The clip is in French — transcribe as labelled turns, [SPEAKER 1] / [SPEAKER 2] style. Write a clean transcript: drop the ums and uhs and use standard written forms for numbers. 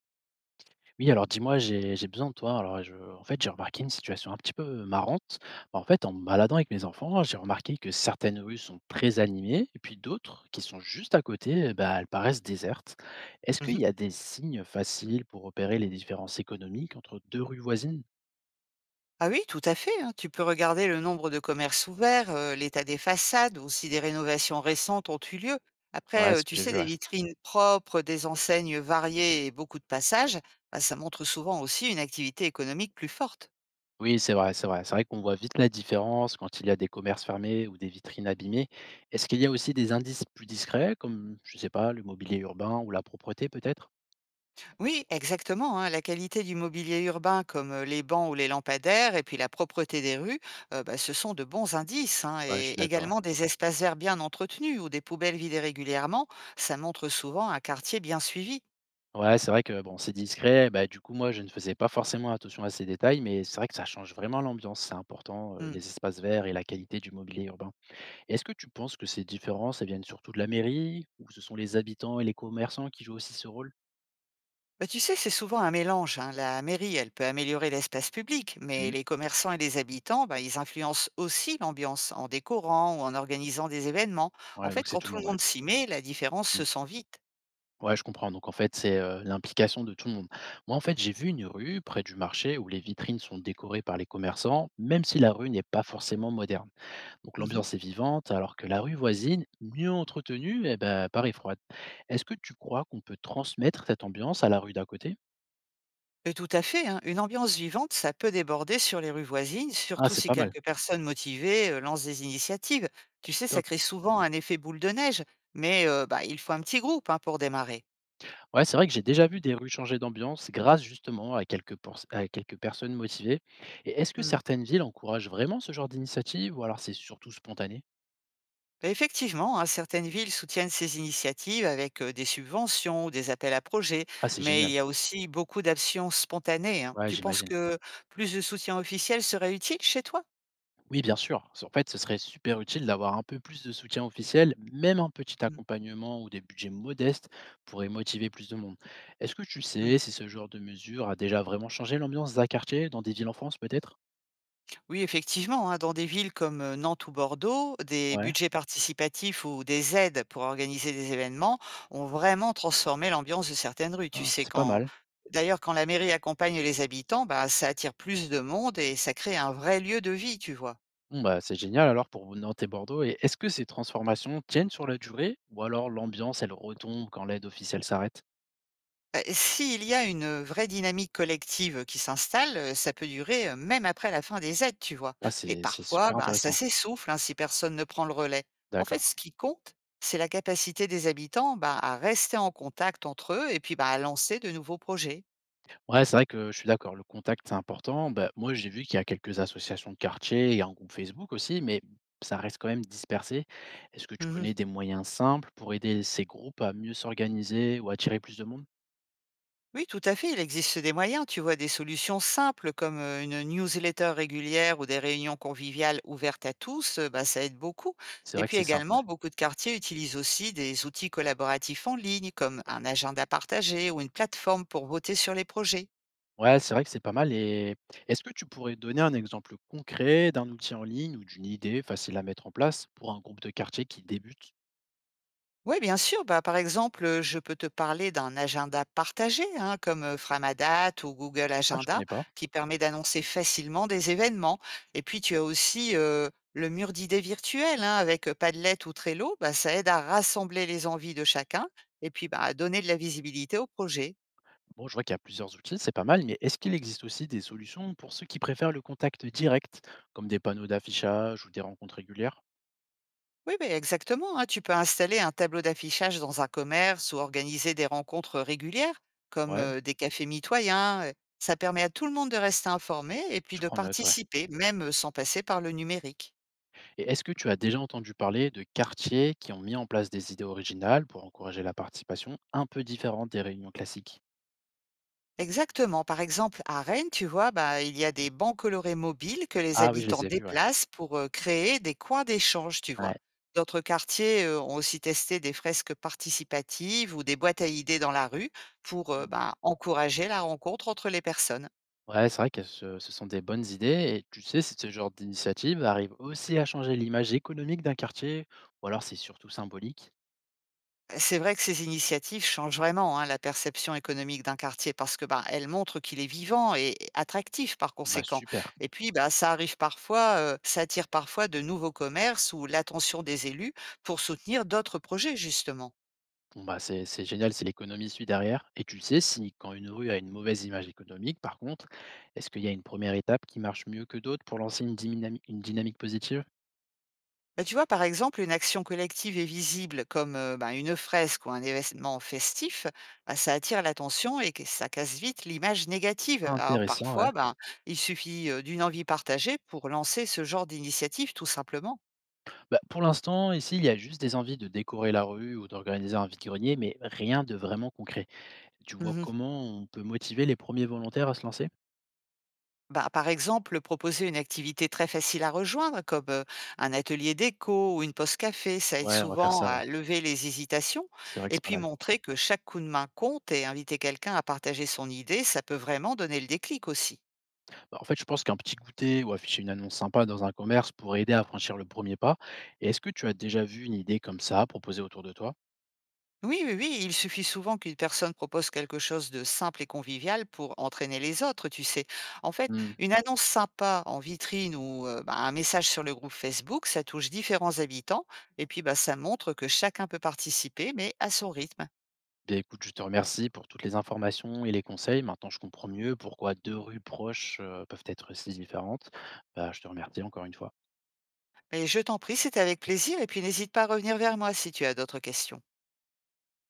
[SPEAKER 1] Oui, alors dis-moi, j'ai besoin de toi. Alors, je, en fait, j'ai remarqué une situation un petit peu marrante. En fait, en me baladant avec mes enfants, j'ai remarqué que certaines rues sont très animées, et puis d'autres qui sont juste à côté, bah, elles paraissent désertes. Est-ce qu'il
[SPEAKER 2] Mmh.
[SPEAKER 1] y a des signes faciles pour repérer les différences économiques entre deux rues voisines?
[SPEAKER 2] Ah oui, tout à fait, hein. Tu peux regarder le nombre de commerces ouverts, l'état des façades ou si des rénovations récentes ont eu lieu. Après,
[SPEAKER 1] Ouais, ce
[SPEAKER 2] tu
[SPEAKER 1] que j'ai
[SPEAKER 2] sais,
[SPEAKER 1] vu,
[SPEAKER 2] des
[SPEAKER 1] ouais.
[SPEAKER 2] vitrines propres, des enseignes variées et beaucoup de passages, ça montre souvent aussi une activité économique plus forte.
[SPEAKER 1] Oui, c'est vrai, c'est vrai. C'est vrai qu'on voit vite la différence quand il y a des commerces fermés ou des vitrines abîmées. Est-ce qu'il y a aussi des indices plus discrets, comme, je sais pas, le mobilier urbain ou la propreté peut-être?
[SPEAKER 2] Oui, exactement, hein. La qualité du mobilier urbain, comme les bancs ou les lampadaires, et puis la propreté des rues, ce sont de bons indices, hein.
[SPEAKER 1] Ouais, je
[SPEAKER 2] Et
[SPEAKER 1] suis d'accord.
[SPEAKER 2] également des espaces verts bien entretenus ou des poubelles vidées régulièrement, ça montre souvent un quartier bien suivi.
[SPEAKER 1] Ouais, c'est vrai que bon, c'est discret. Bah, du coup, moi, je ne faisais pas forcément attention à ces détails, mais c'est vrai que ça change vraiment l'ambiance. C'est important,
[SPEAKER 2] Mm.
[SPEAKER 1] les espaces verts et la qualité du mobilier urbain. Et est-ce que tu penses que ces différences, elles viennent surtout de la mairie, ou ce sont les habitants et les commerçants qui jouent aussi ce rôle?
[SPEAKER 2] Bah, tu sais, c'est souvent un mélange, hein. La mairie, elle peut améliorer l'espace public, mais
[SPEAKER 1] Mhm.
[SPEAKER 2] les commerçants et les habitants, bah, ils influencent aussi l'ambiance en décorant ou en organisant des événements. En
[SPEAKER 1] Ouais,
[SPEAKER 2] fait,
[SPEAKER 1] donc c'est
[SPEAKER 2] quand
[SPEAKER 1] tout le
[SPEAKER 2] tout le
[SPEAKER 1] monde, ouais.
[SPEAKER 2] monde s'y met, la différence
[SPEAKER 1] Mhm.
[SPEAKER 2] se sent vite.
[SPEAKER 1] Ouais, je comprends. Donc en fait, c'est l'implication de tout le monde. Moi, en fait, j'ai vu une rue près du marché où les vitrines sont décorées par les commerçants, même si la rue n'est pas forcément moderne. Donc l'ambiance est vivante, alors que la rue voisine, mieux entretenue, eh ben, paraît froide. Est-ce que tu crois qu'on peut transmettre cette ambiance à la rue d'à côté?
[SPEAKER 2] Et tout à fait, hein. Une ambiance vivante, ça peut déborder sur les rues voisines,
[SPEAKER 1] Ah,
[SPEAKER 2] surtout
[SPEAKER 1] c'est
[SPEAKER 2] si
[SPEAKER 1] pas mal.
[SPEAKER 2] quelques personnes motivées lancent des initiatives. Tu sais, ça
[SPEAKER 1] Top.
[SPEAKER 2] crée souvent un effet boule de neige, mais il faut un petit groupe, hein, pour démarrer.
[SPEAKER 1] Ouais, c'est vrai que j'ai déjà vu des rues changer d'ambiance grâce justement à à quelques personnes motivées. Et est-ce que
[SPEAKER 2] Mm.
[SPEAKER 1] certaines villes encouragent vraiment ce genre d'initiative ou alors c'est surtout spontané?
[SPEAKER 2] Et effectivement, hein, certaines villes soutiennent ces initiatives avec des subventions ou des appels à projets,
[SPEAKER 1] Ah, c'est
[SPEAKER 2] mais il
[SPEAKER 1] génial.
[SPEAKER 2] y a aussi beaucoup d'actions spontanées, hein.
[SPEAKER 1] Ouais,
[SPEAKER 2] Tu penses
[SPEAKER 1] j'imagine.
[SPEAKER 2] que plus de soutien officiel serait utile chez toi?
[SPEAKER 1] Oui, bien sûr. En fait, ce serait super utile d'avoir un peu plus de soutien officiel, même un petit
[SPEAKER 2] Mm.
[SPEAKER 1] accompagnement ou des budgets modestes pourraient motiver plus de monde. Est-ce que tu
[SPEAKER 2] Mm.
[SPEAKER 1] sais si ce genre de mesure a déjà vraiment changé l'ambiance d'un quartier, dans des villes en France peut-être?
[SPEAKER 2] Oui, effectivement, hein, dans des villes comme Nantes ou Bordeaux, des
[SPEAKER 1] Ouais.
[SPEAKER 2] budgets participatifs ou des aides pour organiser des événements ont vraiment transformé l'ambiance de certaines rues. Tu
[SPEAKER 1] Ah,
[SPEAKER 2] sais,
[SPEAKER 1] c'est pas
[SPEAKER 2] quand
[SPEAKER 1] mal.
[SPEAKER 2] d'ailleurs, quand la mairie accompagne les habitants, bah, ça attire plus de monde et ça crée un vrai lieu de vie, tu vois.
[SPEAKER 1] Bon, bah, c'est génial alors pour Nantes et Bordeaux. Et est-ce que ces transformations tiennent sur la durée ou alors l'ambiance, elle retombe quand l'aide officielle s'arrête?
[SPEAKER 2] Bah, s'il y a une vraie dynamique collective qui s'installe, ça peut durer, même après la fin des aides, tu vois?
[SPEAKER 1] Ah,
[SPEAKER 2] Mais
[SPEAKER 1] c'est
[SPEAKER 2] parfois,
[SPEAKER 1] super
[SPEAKER 2] bah, ça
[SPEAKER 1] intéressant.
[SPEAKER 2] s'essouffle, hein, si personne ne prend le relais. En fait,
[SPEAKER 1] D'accord.
[SPEAKER 2] ce qui compte, c'est la capacité des habitants, bah, à rester en contact entre eux et puis, bah, à lancer de nouveaux projets.
[SPEAKER 1] Ouais, c'est vrai que je suis d'accord, le contact, c'est important. Bah, moi, j'ai vu qu'il y a quelques associations de quartier, il y a un groupe Facebook aussi, mais ça reste quand même dispersé. Est-ce que tu
[SPEAKER 2] Mmh.
[SPEAKER 1] connais des moyens simples pour aider ces groupes à mieux s'organiser ou attirer plus de monde?
[SPEAKER 2] Oui, tout à fait. Il existe des moyens. Tu vois, des solutions simples comme une newsletter régulière ou des réunions conviviales ouvertes à tous, bah, ça aide beaucoup.
[SPEAKER 1] C'est
[SPEAKER 2] Et
[SPEAKER 1] vrai que
[SPEAKER 2] puis
[SPEAKER 1] c'est simple. Ouais.
[SPEAKER 2] également, beaucoup de quartiers utilisent aussi des outils collaboratifs en ligne comme un agenda partagé ou une plateforme pour voter sur les projets.
[SPEAKER 1] Ouais, c'est vrai que c'est pas mal. Et est-ce que tu pourrais donner un exemple concret d'un outil en ligne ou d'une idée facile à mettre en place pour un groupe de quartier qui débute?
[SPEAKER 2] Oui, bien sûr. Bah, par exemple, je peux te parler d'un agenda partagé, hein, comme, Framadate ou Google
[SPEAKER 1] Ah, je
[SPEAKER 2] Agenda,
[SPEAKER 1] connais pas.
[SPEAKER 2] qui permet d'annoncer facilement des événements. Et puis, tu as aussi, le mur d'idées virtuel, hein, avec, Padlet ou Trello. Bah, ça aide à rassembler les envies de chacun et puis, bah, à donner de la visibilité au projet.
[SPEAKER 1] Bon, je vois qu'il y a plusieurs outils, c'est pas mal, mais est-ce qu'il existe aussi des solutions pour ceux qui préfèrent le contact direct, comme des panneaux d'affichage ou des rencontres régulières?
[SPEAKER 2] Oui, ben exactement, hein. Tu peux installer un tableau d'affichage dans un commerce ou organiser des rencontres régulières, comme
[SPEAKER 1] Ouais,
[SPEAKER 2] des cafés mitoyens. Ça permet à tout le monde de rester informé et puis
[SPEAKER 1] je
[SPEAKER 2] de
[SPEAKER 1] prends note, ouais.
[SPEAKER 2] participer, même sans passer par le numérique.
[SPEAKER 1] Et est-ce que tu as déjà entendu parler de quartiers qui ont mis en place des idées originales pour encourager la participation un peu différente des réunions classiques?
[SPEAKER 2] Exactement. Par exemple, à Rennes, tu vois, bah, il y a des bancs colorés mobiles que les
[SPEAKER 1] Ah oui, je
[SPEAKER 2] habitants
[SPEAKER 1] les ai vus, ouais.
[SPEAKER 2] déplacent pour créer des coins d'échange, tu vois.
[SPEAKER 1] Ouais.
[SPEAKER 2] D'autres quartiers ont aussi testé des fresques participatives ou des boîtes à idées dans la rue pour
[SPEAKER 1] Mm.
[SPEAKER 2] encourager la rencontre entre les personnes.
[SPEAKER 1] Ouais, c'est vrai que ce sont des bonnes idées et tu sais si ce genre d'initiative arrive aussi à changer l'image économique d'un quartier ou alors c'est surtout symbolique.
[SPEAKER 2] C'est vrai que ces initiatives changent vraiment, hein, la perception économique d'un quartier parce que, bah, elles montrent qu'il est vivant et attractif par
[SPEAKER 1] Bah
[SPEAKER 2] conséquent.
[SPEAKER 1] super.
[SPEAKER 2] Et puis, bah, ça arrive parfois, ça attire parfois de nouveaux commerces ou l'attention des élus pour soutenir d'autres projets justement.
[SPEAKER 1] Bon, bah, c'est génial, c'est l'économie suit derrière. Et tu sais si, quand une rue a une mauvaise image économique, par contre, est-ce qu'il y a une première étape qui marche mieux que d'autres pour lancer une dynamique positive?
[SPEAKER 2] Bah, tu vois par exemple une action collective et visible comme une fresque ou un événement festif, bah, ça attire l'attention et ça casse vite l'image négative. Alors
[SPEAKER 1] Intéressant, ouais.
[SPEAKER 2] parfois, bah, il suffit d'une envie partagée pour lancer ce genre d'initiative tout simplement.
[SPEAKER 1] Bah, pour l'instant, ici, il y a juste des envies de décorer la rue ou d'organiser un vide-grenier, mais rien de vraiment concret. Tu vois
[SPEAKER 2] Mmh.
[SPEAKER 1] comment on peut motiver les premiers volontaires à se lancer?
[SPEAKER 2] Bah, par exemple, proposer une activité très facile à rejoindre comme, un atelier déco ou une pause café, ça aide
[SPEAKER 1] Ouais, on va faire
[SPEAKER 2] souvent
[SPEAKER 1] ça, ouais.
[SPEAKER 2] à lever les hésitations
[SPEAKER 1] C'est vrai que
[SPEAKER 2] et
[SPEAKER 1] c'est pas
[SPEAKER 2] puis
[SPEAKER 1] mal.
[SPEAKER 2] montrer que chaque coup de main compte et inviter quelqu'un à partager son idée, ça peut vraiment donner le déclic aussi.
[SPEAKER 1] Bah, en fait, je pense qu'un petit goûter ou afficher une annonce sympa dans un commerce pourrait aider à franchir le premier pas. Et est-ce que tu as déjà vu une idée comme ça proposée autour de toi?
[SPEAKER 2] Oui, oui, oui, il suffit souvent qu'une personne propose quelque chose de simple et convivial pour entraîner les autres, tu sais. En fait,
[SPEAKER 1] Mmh.
[SPEAKER 2] une annonce sympa en vitrine ou un message sur le groupe Facebook, ça touche différents habitants et puis, bah, ça montre que chacun peut participer, mais à son rythme.
[SPEAKER 1] Bien écoute, je te remercie pour toutes les informations et les conseils. Maintenant, je comprends mieux pourquoi 2 rues proches, peuvent être si différentes. Bah, je te remercie encore une fois.
[SPEAKER 2] Mais je t'en prie, c'était avec plaisir et puis n'hésite pas à revenir vers moi si tu as d'autres questions.